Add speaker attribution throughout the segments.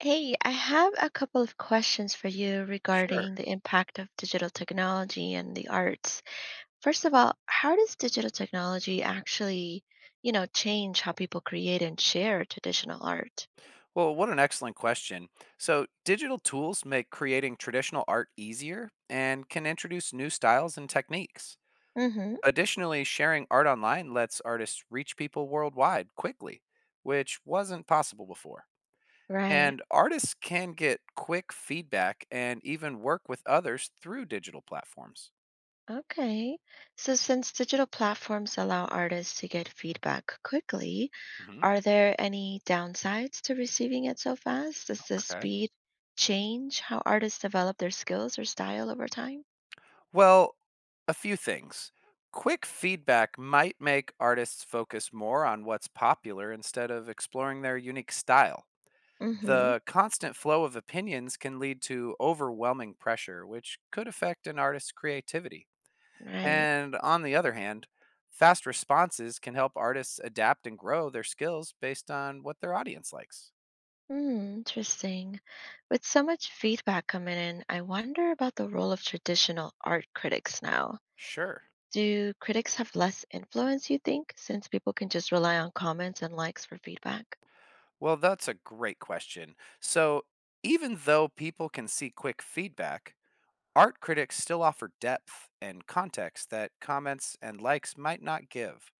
Speaker 1: Hey, I have a couple of questions for you
Speaker 2: Sure.
Speaker 1: regarding the impact of digital technology and the arts. First of all, how does digital technology actually, change how people create and share traditional art?
Speaker 2: Well, what an excellent question. So, digital tools make creating traditional art easier and can introduce new styles and techniques.
Speaker 1: Mm-hmm.
Speaker 2: Additionally, sharing art online lets artists reach people worldwide quickly, which wasn't possible before.
Speaker 1: Right.
Speaker 2: And artists can get quick feedback and even work with others through digital platforms.
Speaker 1: Okay. So since digital platforms allow artists to get feedback quickly,
Speaker 2: Hmm.
Speaker 1: are there any downsides to receiving it so fast? Does this
Speaker 2: Okay.
Speaker 1: speed change how artists develop their skills or style over time?
Speaker 2: Well, a few things. Quick feedback might make artists focus more on what's popular instead of exploring their unique style.
Speaker 1: Mm-hmm.
Speaker 2: The constant flow of opinions can lead to overwhelming pressure, which could affect an artist's creativity.
Speaker 1: Right.
Speaker 2: And on the other hand, fast responses can help artists adapt and grow their skills based on what their audience likes.
Speaker 1: Hmm, interesting. With so much feedback coming in, I wonder about the role of traditional art critics now.
Speaker 2: Sure.
Speaker 1: Do critics have less influence, you think, since people can just rely on comments and likes for feedback?
Speaker 2: Well, that's a great question. So, even though people can see quick feedback, art critics still offer depth and context that comments and likes might not give.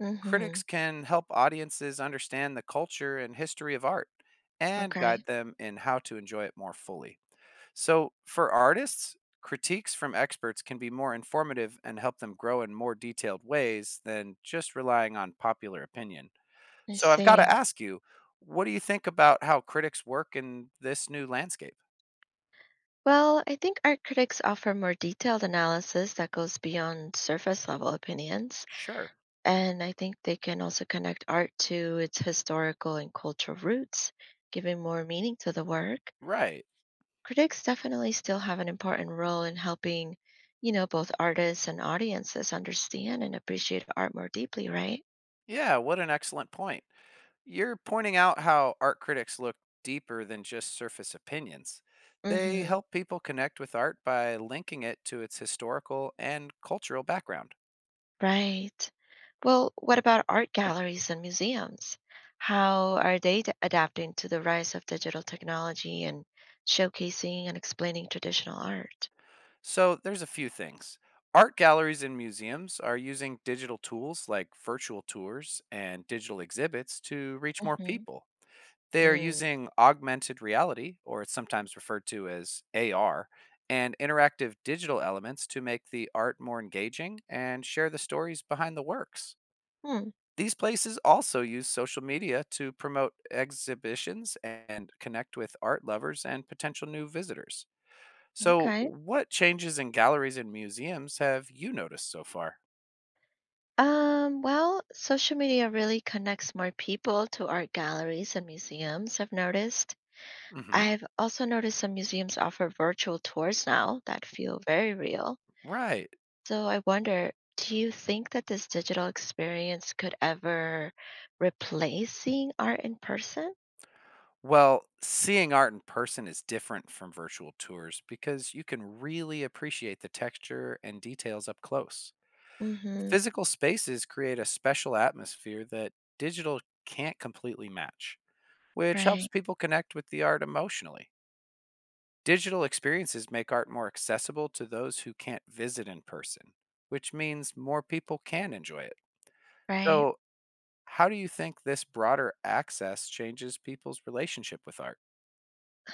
Speaker 1: Mm-hmm.
Speaker 2: Critics can help audiences understand the culture and history of art and
Speaker 1: Okay,
Speaker 2: guide them in how to enjoy it more fully. So, for artists, critiques from experts can be more informative and help them grow in more detailed ways than just relying on popular opinion.
Speaker 1: I
Speaker 2: So, I've got to
Speaker 1: see.
Speaker 2: ask you, what do you think about how critics work in this new landscape?
Speaker 1: Well, I think art critics offer more detailed analysis that goes beyond surface level opinions.
Speaker 2: Sure.
Speaker 1: And I think they can also connect art to its historical and cultural roots, giving more meaning to the work.
Speaker 2: Right.
Speaker 1: Critics definitely still have an important role in helping, both artists and audiences understand and appreciate art more deeply, right?
Speaker 2: Yeah, what an excellent point. You're pointing out how art critics look deeper than just surface opinions. They
Speaker 1: Hmm.
Speaker 2: help people connect with art by linking it to its historical and cultural background.
Speaker 1: Right. Well, what about art galleries and museums? How are they adapting to the rise of digital technology and showcasing and explaining traditional art?
Speaker 2: So there's a few things. Art galleries and museums are using digital tools like virtual tours and digital exhibits to reach more
Speaker 1: Hmm.
Speaker 2: people. They are
Speaker 1: Mm.
Speaker 2: using augmented reality, or it's sometimes referred to as AR, and interactive digital elements to make the art more engaging and share the stories behind the works.
Speaker 1: Hmm.
Speaker 2: These places also use social media to promote exhibitions and connect with art lovers and potential new visitors. So,
Speaker 1: Okay.
Speaker 2: what changes in galleries and museums have you noticed so far?
Speaker 1: Well, social media really connects more people to art galleries and museums, I've noticed.
Speaker 2: Hmm.
Speaker 1: I've also noticed some museums offer virtual tours now that feel very real.
Speaker 2: Right.
Speaker 1: So I wonder, do you think that this digital experience could ever replace seeing art in person?
Speaker 2: Well, seeing art in person is different from virtual tours because you can really appreciate the texture and details up close.
Speaker 1: Mm-hmm.
Speaker 2: Physical spaces create a special atmosphere that digital can't completely match, which helps
Speaker 1: Right,
Speaker 2: people connect with the art emotionally. Digital experiences make art more accessible to those who can't visit in person, which means more people can enjoy it.
Speaker 1: right.
Speaker 2: So, how do you think this broader access changes people's relationship with art?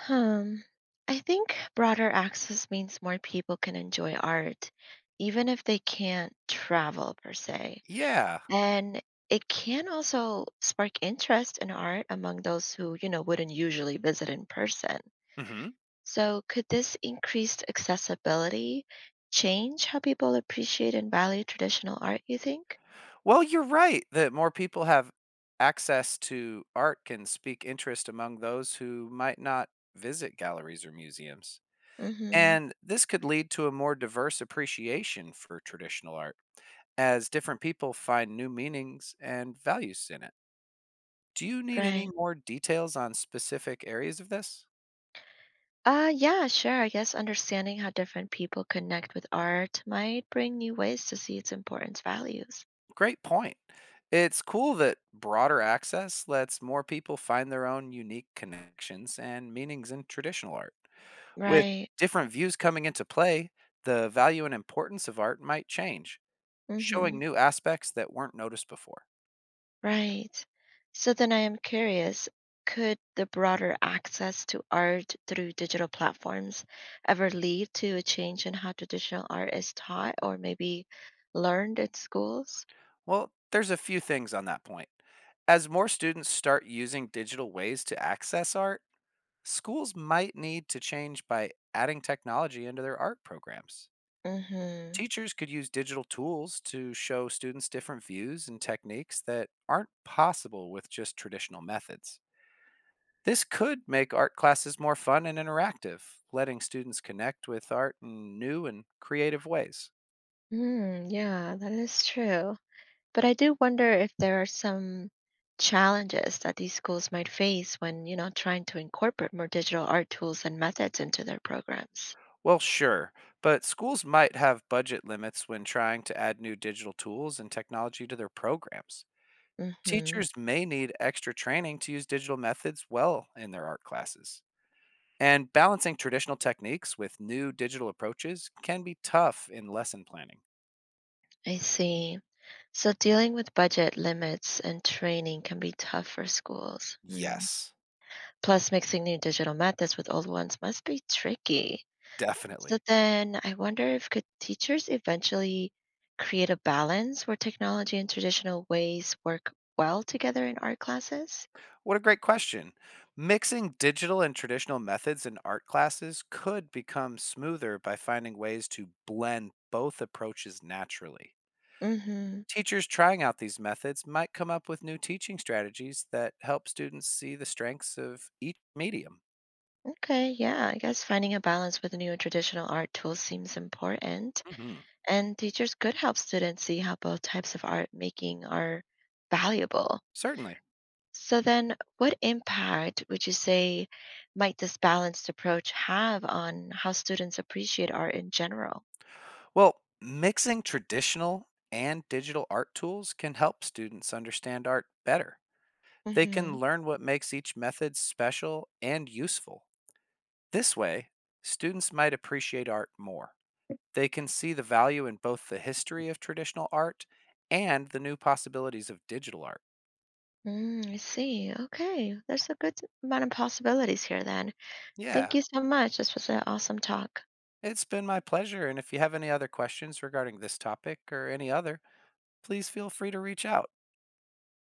Speaker 1: Um, I think broader access means more people can enjoy art, even if they can't travel per se.
Speaker 2: Yeah.
Speaker 1: And it can also spark interest in art among those who, wouldn't usually visit in person.
Speaker 2: Hmm.
Speaker 1: So, could this increased accessibility change how people appreciate and value traditional art, you think?
Speaker 2: Well, you're right that more people have access to art can speak interest among those who might not visit galleries or museums.
Speaker 1: Mm-hmm.
Speaker 2: And this could lead to a more diverse appreciation for traditional art as different people find new meanings and values in it. Do you need any
Speaker 1: Right.
Speaker 2: more details on specific areas of this?
Speaker 1: Yeah, sure. I guess understanding how different people connect with art might bring new ways to see its importance values.
Speaker 2: Great point. It's cool that broader access lets more people find their own unique connections and meanings in traditional art. With
Speaker 1: Right.
Speaker 2: different views coming into play, the value and importance of art might change,
Speaker 1: Mm-hmm.
Speaker 2: showing new aspects that weren't noticed before.
Speaker 1: Right. So then I am curious, could the broader access to art through digital platforms ever lead to a change in how traditional art is taught or maybe learned at schools?
Speaker 2: Well, there's a few things on that point. As more students start using digital ways to access art, schools might need to change by adding technology into their art programs.
Speaker 1: Mm-hmm.
Speaker 2: Teachers could use digital tools to show students different views and techniques that aren't possible with just traditional methods. This could make art classes more fun and interactive, letting students connect with art in new and creative ways.
Speaker 1: Mm, yeah, that is true. But I do wonder if there are some challenges that these schools might face when, trying to incorporate more digital art tools and methods into their programs.
Speaker 2: Well, sure, but schools might have budget limits when trying to add new digital tools and technology to their programs.
Speaker 1: Mm-hmm.
Speaker 2: Teachers may need extra training to use digital methods well in their art classes. And balancing traditional techniques with new digital approaches can be tough in lesson planning.
Speaker 1: I see. So dealing with budget limits and training can be tough for schools. Mm.
Speaker 2: Yes.
Speaker 1: Plus, mixing new digital methods with old ones must be tricky. So
Speaker 2: Definitely.
Speaker 1: then I wonder if could teachers eventually create a balance where technology and traditional ways work well together in art classes?
Speaker 2: What a great question. Mixing digital and traditional methods in art classes could become smoother by finding ways to blend both approaches naturally.
Speaker 1: Hmm.
Speaker 2: Teachers trying out these methods might come up with new teaching strategies that help students see the strengths of each medium.
Speaker 1: Okay, yeah, I guess finding a balance with new and traditional art tools seems important.
Speaker 2: Mhm.
Speaker 1: And teachers could help students see how both types of art making are valuable.
Speaker 2: Certainly.
Speaker 1: So then what impact would you say might this balanced approach have on how students appreciate art in general?
Speaker 2: Well, mixing traditional and digital art tools can help students understand art better. They can
Speaker 1: Mm-hmm.
Speaker 2: learn what makes each method special and useful. This way, students might appreciate art more. They can see the value in both the history of traditional art and the new possibilities of digital art.
Speaker 1: Mm, I see. Okay. There's a good amount of possibilities here then. Thank
Speaker 2: Yeah,
Speaker 1: you so much. This was an awesome talk.
Speaker 2: it's been my pleasure. And if you have any other questions regarding this topic or any other, please feel free to reach out.